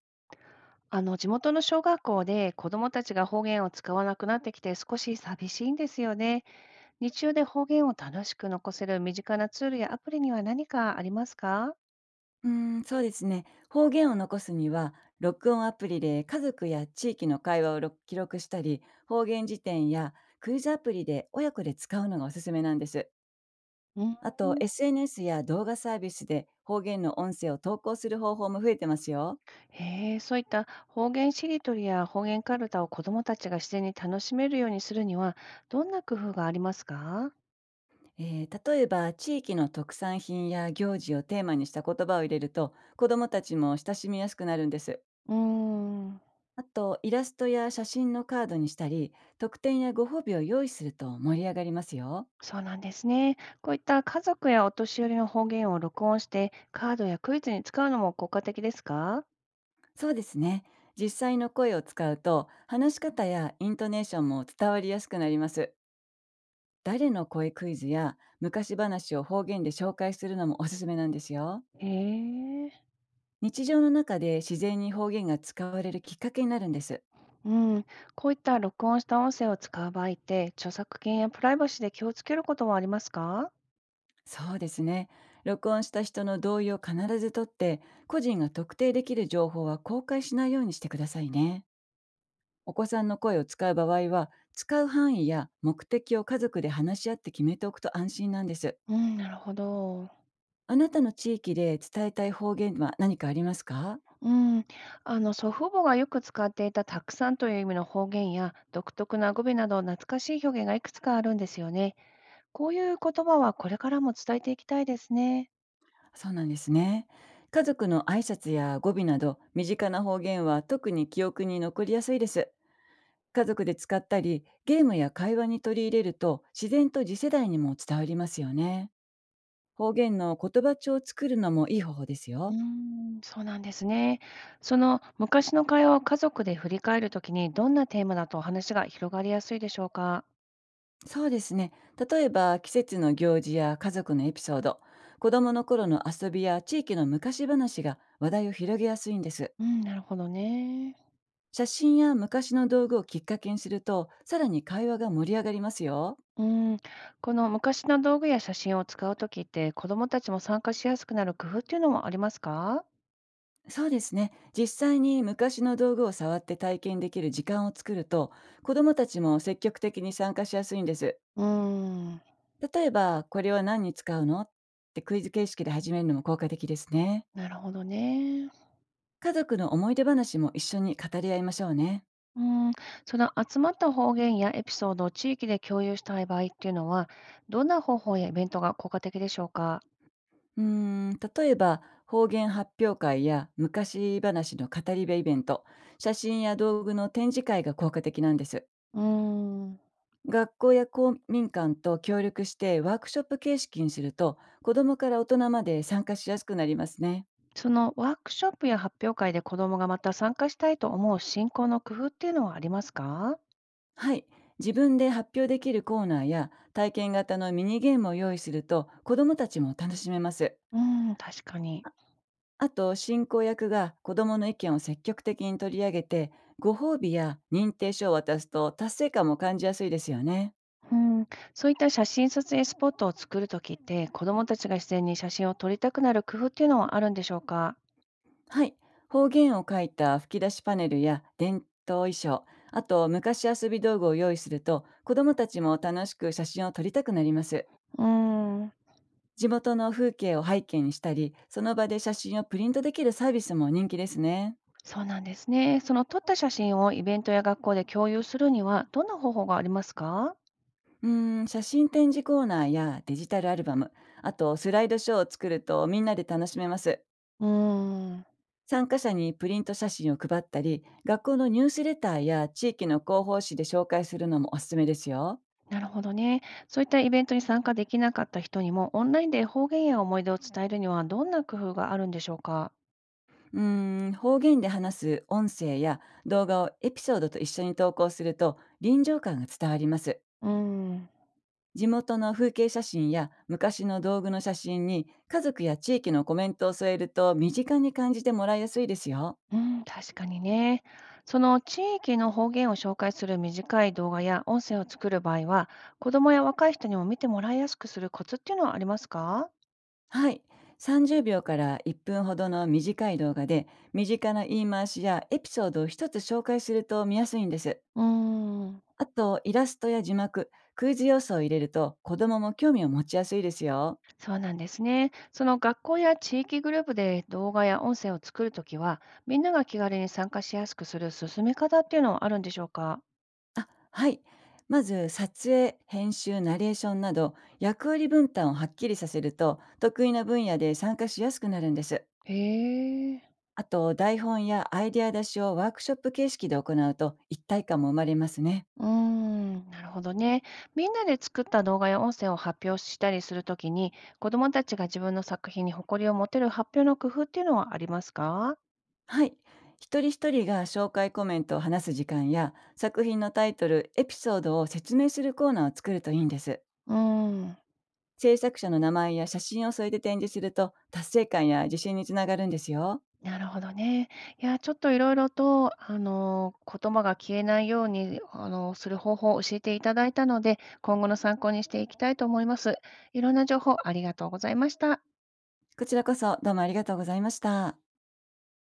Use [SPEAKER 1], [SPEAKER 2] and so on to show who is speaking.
[SPEAKER 1] あの地元の小学校で子どもたちが方言を使わなくなってきて少し寂しいんですよね。日中で方言を楽しく残せる身近なツールやアプリには何かありますか？
[SPEAKER 2] うーそうですね。方言を残すには、録音アプリで家族や地域の会話を録記録したり、方言辞典やクイズアプリで親子で使うのがおすすめなんです。
[SPEAKER 1] うん。
[SPEAKER 2] あと、SNS や動画サービスで方言の音声を投稿する方法も増えてますよ。
[SPEAKER 1] へえ、そういった方言しりとりや方言かるたを子どもたちが自然に楽しめるようにするには、どんな工夫がありますか？
[SPEAKER 2] 例えば、地域の特産品や行事をテーマにした言葉を入れると、子どもたちも親しみやすくなるんです。
[SPEAKER 1] うーん、
[SPEAKER 2] あと、イラストや写真のカードにしたり、特典やご褒美を用意すると盛り上がりますよ。
[SPEAKER 1] そうなんですね。こういった家族やお年寄りの方言を録音してカードやクイズに使うのも効果的ですか？
[SPEAKER 2] そうですね。実際の声を使うと、話し方やイントネーションも伝わりやすくなります。誰の声クイズや昔話を方言で紹介するのもおすすめなんですよ。
[SPEAKER 1] へえ。
[SPEAKER 2] 日常の中で自然に方言が使われるきっかけになるんです。
[SPEAKER 1] うん、こういった録音した音声を使う場合って、著作権やプライバシーで気をつけることはありますか？
[SPEAKER 2] そうですね。録音した人の同意を必ず取って、個人が特定できる情報は公開しないようにしてくださいね。お子さんの声を使う場合は、使う範囲や目的を家族で話し合って決めておくと安心なんです。
[SPEAKER 1] うん、なるほど。
[SPEAKER 2] あなたの地域で伝えたい方言は何かありますか？
[SPEAKER 1] うん、あの祖父母がよく使っていたたくさんという意味の方言や独特な語尾など懐かしい表現がいくつかあるんですよね。こういう言葉はこれからも伝えていきたいですね。
[SPEAKER 2] そうなんですね。家族の挨拶や語尾など、身近な方言は特に記憶に残りやすいです。家族で使ったり、ゲームや会話に取り入れると、自然と次世代にも伝わりますよね。方言の言葉帳を作るのもいい方法です
[SPEAKER 1] うー
[SPEAKER 2] よ。
[SPEAKER 1] ん、そうなんですね。その昔の会話を家族で振り返るときに、どんなテーマだと話が広がりやすいでしょうか。
[SPEAKER 2] そうですね。例えば、季節の行事や家族のエピソード、子供の頃の遊びや地域の昔話が話題を広げやすいんです。
[SPEAKER 1] うん、なるほどね。
[SPEAKER 2] 写真や昔の道具をきっかけにすると、さらに会話が盛り上がりますよ。
[SPEAKER 1] うん、この昔の道具や写真を使うときって、子どもたちも参加しやすくなる工夫っていうのもありますか？
[SPEAKER 2] そうですね。実際に昔の道具を触って体験できる時間を作ると、子どもたちも積極的に参加しやすいんです。
[SPEAKER 1] うーん、
[SPEAKER 2] 例えば、これは何に使うのって、クイズ形式で始めるのも効果的ですね。
[SPEAKER 1] なるほどね。
[SPEAKER 2] 家族の思い出話も一緒に語り合いましょうね。
[SPEAKER 1] うん、その集まった方言やエピソードを地域で共有したい場合っていうのは、どんな方法やイベントが効果的でしょうか？
[SPEAKER 2] 例えば、方言発表会や昔話の語り部イベント、写真や道具の展示会が効果的なんです。
[SPEAKER 1] うーん。
[SPEAKER 2] 学校や公民館と協力してワークショップ形式にすると、子どもから大人まで参加しやすくなりますね。
[SPEAKER 1] そのワークショップや発表会で子どもがまた参加したいと思う進行の工夫っていうのはありますか？
[SPEAKER 2] はい。自分で発表できるコーナーや体験型のミニゲームを用意すると、子どもたちも楽しめます。
[SPEAKER 1] うーん、確かに。
[SPEAKER 2] あと、進行役が子どもの意見を積極的に取り上げて、ご褒美や認定書を渡すと達成感も感じやすいですよね。
[SPEAKER 1] うん、そういった写真撮影スポットを作るときって、子どもたちが自然に写真を撮りたくなる工夫っていうのはあるんでしょうか？
[SPEAKER 2] はい。方言を書いた吹き出しパネルや伝統衣装、あと昔遊び道具を用意すると、子どもたちも楽しく写真を撮りたくなります。
[SPEAKER 1] うーん、
[SPEAKER 2] 地元の風景を背景にしたり、その場で写真をプリントできるサービスも人気ですね。
[SPEAKER 1] そうなんですね。その撮った写真をイベントや学校で共有するには、どんな方法がありますか？
[SPEAKER 2] 写真展示コーナーやデジタルアルバム、あとスライドショーを作るとみんなで楽しめます。
[SPEAKER 1] うーん、
[SPEAKER 2] 参加者にプリント写真を配ったり、学校のニュースレターや地域の広報誌で紹介するのもおすすめですよ。
[SPEAKER 1] なるほどね。そういったイベントに参加できなかった人にも、オンラインで方言や思い出を伝えるには、どんな工夫があるんでしょうか？
[SPEAKER 2] 方言で話す音声や動画をエピソードと一緒に投稿すると、臨場感が伝わります。
[SPEAKER 1] うーん。
[SPEAKER 2] 地元の風景写真や昔の道具の写真に家族や地域のコメントを添えると、身近に感じてもらいやすいですよ。
[SPEAKER 1] うん、確かにね。その地域の方言を紹介する短い動画や音声を作る場合は、子どもや若い人にも見てもらいやすくするコツっていうのはありますか？
[SPEAKER 2] はい。30秒から1分ほどの短い動画で身近な言い回しやエピソードを一つ紹介すると見やすいんです。
[SPEAKER 1] うーん、
[SPEAKER 2] あと、イラストや字幕、クイズ要素を入れると子供も興味を持ちやすいですよ。
[SPEAKER 1] そうなんですね。その学校や地域グループで動画や音声を作るときは、みんなが気軽に参加しやすくする進め方っていうのはあるんでしょうか？
[SPEAKER 2] あ、はい。まず撮影、編集、ナレーションなど、役割分担をはっきりさせると得意な分野で参加しやすくなるんです。
[SPEAKER 1] へえ。
[SPEAKER 2] あと、台本やアイデア出しをワークショップ形式で行うと一体感も生まれますね。
[SPEAKER 1] うーん、なるほどね。みんなで作った動画や音声を発表したりするときに、子どもたちが自分の作品に誇りを持てる発表の工夫っていうのはありますか？
[SPEAKER 2] はい。一人一人が紹介コメントを話す時間や作品のタイトル、エピソードを説明するコーナーを作るといいんです。
[SPEAKER 1] うーん、
[SPEAKER 2] 制作者の名前や写真を添えて展示すると、達成感や自信につながるんですよ。
[SPEAKER 1] なるほどね。いや、ちょっといろいろと、言葉が消えないように、する方法を教えていただいたので、今後の参考にしていきたいと思います。いろんな情報ありがとうございました。
[SPEAKER 2] こちらこそどうもありがとうございました。